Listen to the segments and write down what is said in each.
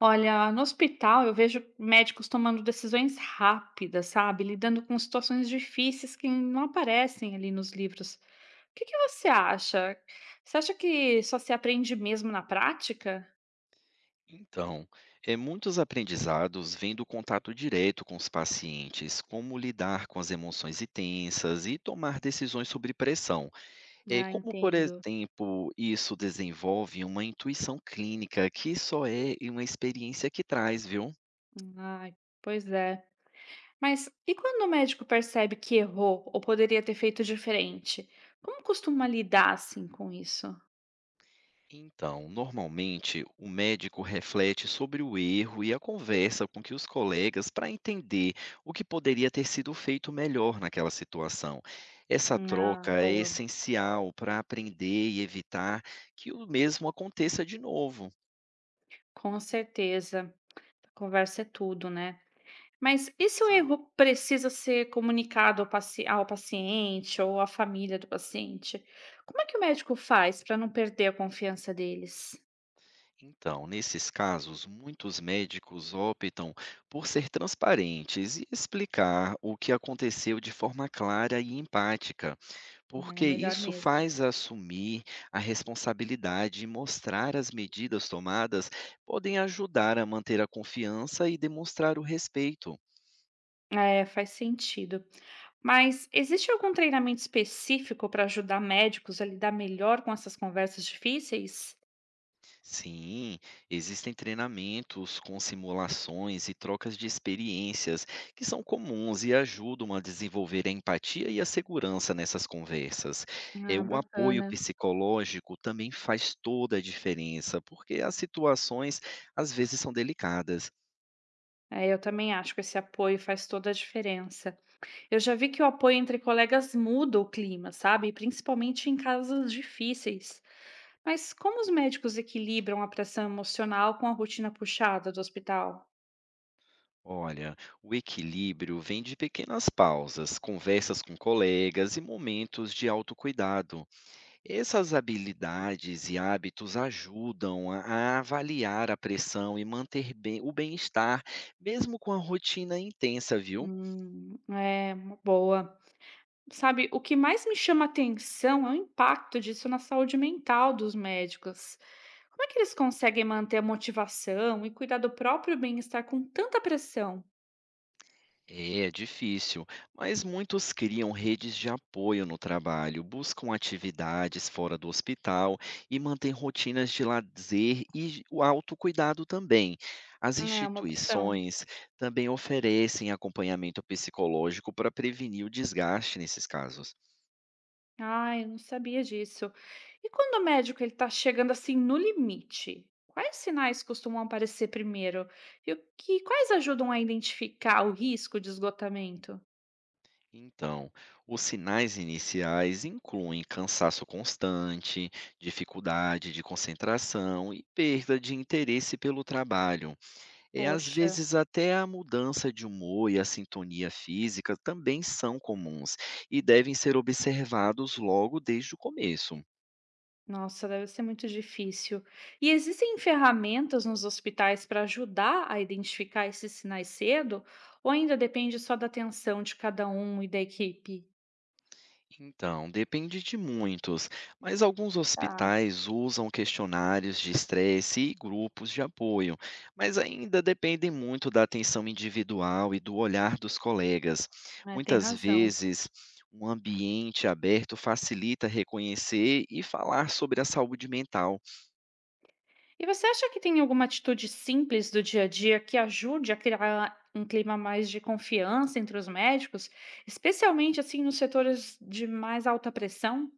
Olha, no hospital eu vejo médicos tomando decisões rápidas, sabe? Lidando com situações difíceis que não aparecem ali nos livros. O que você acha? Você acha que só se aprende mesmo na prática? Então, muitos aprendizados vêm do contato direto com os pacientes, como lidar com as emoções intensas e tomar decisões sobre pressão. Ah, Como, por entendo. exemplo, isso desenvolve uma intuição clínica que só é uma experiência que traz, viu? Ai, pois é. Mas e quando o médico percebe que errou ou poderia ter feito diferente? Como costuma lidar assim com isso? Então, normalmente, o médico reflete sobre o erro e a conversa com que os colegas para entender o que poderia ter sido feito melhor naquela situação. Essa Ah, troca é boa. essencial para aprender e evitar que o mesmo aconteça de novo. Com certeza. Conversa é tudo, né? Mas e se o Sim. erro precisa ser comunicado ao paciente ou à família do paciente? Como é que o médico faz para não perder a confiança deles? Então, nesses casos, muitos médicos optam por ser transparentes e explicar o que aconteceu de forma clara e empática. É Porque melhor isso mesmo. faz assumir a responsabilidade e mostrar as medidas tomadas podem ajudar a manter a confiança e demonstrar o respeito. É, faz sentido. Mas existe algum treinamento específico para ajudar médicos a lidar melhor com essas conversas difíceis? Sim, existem treinamentos com simulações e trocas de experiências que são comuns e ajudam a desenvolver a empatia e a segurança nessas conversas. É, Ah, o apoio bacana. psicológico também faz toda a diferença, porque as situações às vezes são delicadas. É, eu também acho que esse apoio faz toda a diferença. Eu já vi que o apoio entre colegas muda o clima, sabe? Principalmente em casos difíceis. Mas como os médicos equilibram a pressão emocional com a rotina puxada do hospital? Olha, o equilíbrio vem de pequenas pausas, conversas com colegas e momentos de autocuidado. Essas habilidades e hábitos ajudam a avaliar a pressão e manter o bem-estar, mesmo com a rotina intensa, viu? É uma boa. Sabe, o que mais me chama atenção é o impacto disso na saúde mental dos médicos. Como é que eles conseguem manter a motivação e cuidar do próprio bem-estar com tanta pressão? É difícil, mas muitos criam redes de apoio no trabalho, buscam atividades fora do hospital e mantêm rotinas de lazer e o autocuidado também. As É uma opção. instituições também oferecem acompanhamento psicológico para prevenir o desgaste nesses casos. Ah, eu não sabia disso. E quando o médico ele está chegando assim no limite, quais sinais costumam aparecer primeiro? Quais ajudam a identificar o risco de esgotamento? Então, os sinais iniciais incluem cansaço constante, dificuldade de concentração e perda de interesse pelo trabalho. É, às Poxa, vezes até a mudança de humor e a sintonia física também são comuns e devem ser observados logo desde o começo. nossa, deve ser muito difícil. E existem ferramentas nos hospitais para ajudar a identificar esses sinais cedo? Ou ainda depende só da atenção de cada um e da equipe? Então, depende de muitos, mas alguns Tá, hospitais usam questionários de estresse e grupos de apoio, mas ainda dependem muito da atenção individual e do olhar dos colegas. é, tem Muitas razão. vezes, um ambiente aberto facilita reconhecer e falar sobre a saúde mental. E você acha que tem alguma atitude simples do dia a dia que ajude a criar um clima mais de confiança entre os médicos, especialmente assim nos setores de mais alta pressão?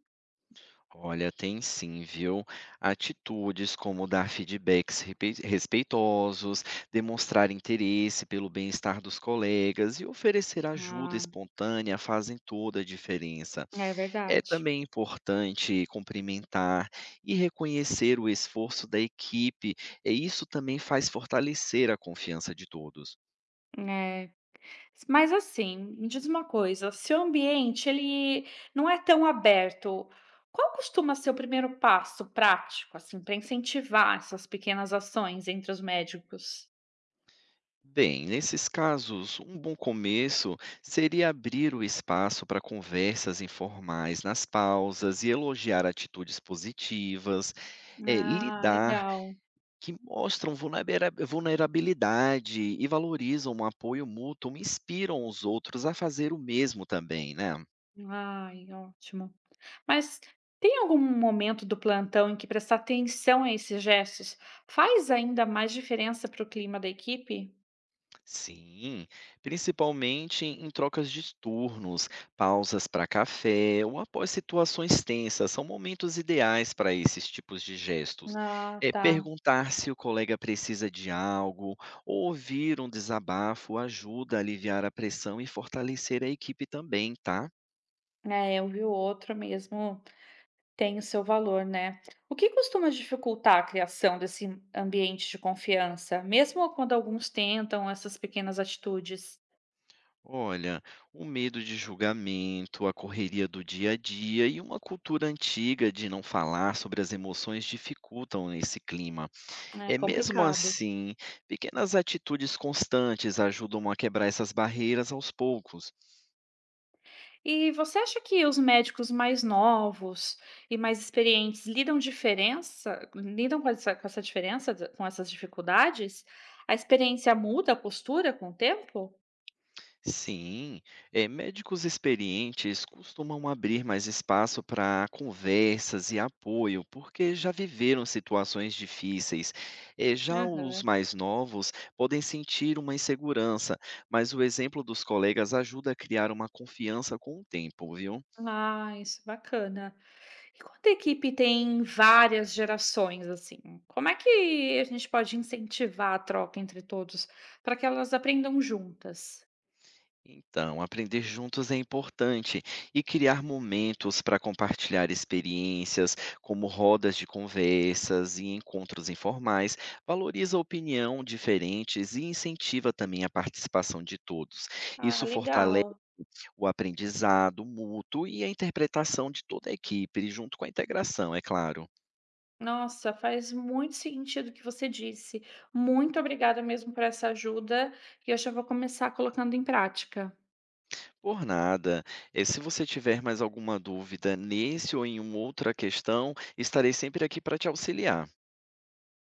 Olha, tem sim, viu? Atitudes como dar feedbacks respeitosos, demonstrar interesse pelo bem-estar dos colegas e oferecer ajuda Ah, espontânea fazem toda a diferença. é É verdade. também importante cumprimentar e reconhecer o esforço da equipe, e isso também faz fortalecer a confiança de todos. É. Mas assim, me diz uma coisa, se o ambiente ele não é tão aberto, qual costuma ser o primeiro passo prático assim para incentivar essas pequenas ações entre os médicos? Bem, nesses casos, um bom começo seria abrir o espaço para conversas informais nas pausas e elogiar atitudes positivas, Ah, lidar legal. que mostram vulnerabilidade e valorizam um apoio mútuo, inspiram os outros a fazer o mesmo também, né? Ai, ótimo. Mas tem algum momento do plantão em que prestar atenção a esses gestos faz ainda mais diferença para o clima da equipe? Sim, principalmente em trocas de turnos, pausas para café ou após situações tensas, são momentos ideais para esses tipos de gestos. Ah, É tá. perguntar se o colega precisa de algo ou ouvir um desabafo ajuda a aliviar a pressão e fortalecer a equipe também, tá? É, eu vi o outro mesmo tem o seu valor, né? O que costuma dificultar a criação desse ambiente de confiança, mesmo quando alguns tentam essas pequenas atitudes? Olha, o medo de julgamento, a correria do dia a dia e uma cultura antiga de não falar sobre as emoções dificultam esse clima. É É, mesmo complicado. assim, pequenas atitudes constantes ajudam a quebrar essas barreiras aos poucos. E você acha que os médicos mais novos e mais experientes lidam diferença lidam com essa diferença da com essas dificuldades? A experiência muda a postura com o tempo? Sim, é, médicos experientes costumam abrir mais espaço para conversas e apoio, porque já viveram situações difíceis. É, já os Aham. mais novos podem sentir uma insegurança, mas o exemplo dos colegas ajuda a criar uma confiança com o tempo, viu? Ah, isso, é bacana. E quando a equipe tem várias gerações, assim, como é que a gente pode incentivar a troca entre todos, para que elas aprendam juntas? Então, aprender juntos é importante e criar momentos para compartilhar experiências, como rodas de conversas e encontros informais, valoriza a opinião diferentes e incentiva também a participação de todos. Ah, Isso fortalece legal. o aprendizado mútuo e a interpretação de toda a equipe, junto com a integração, é claro. Nossa, faz muito sentido o que você disse. Muito obrigada mesmo por essa ajuda, e eu já vou começar colocando em prática. Por nada, se você tiver mais alguma dúvida nesse ou em uma outra questão, estarei sempre aqui para te auxiliar.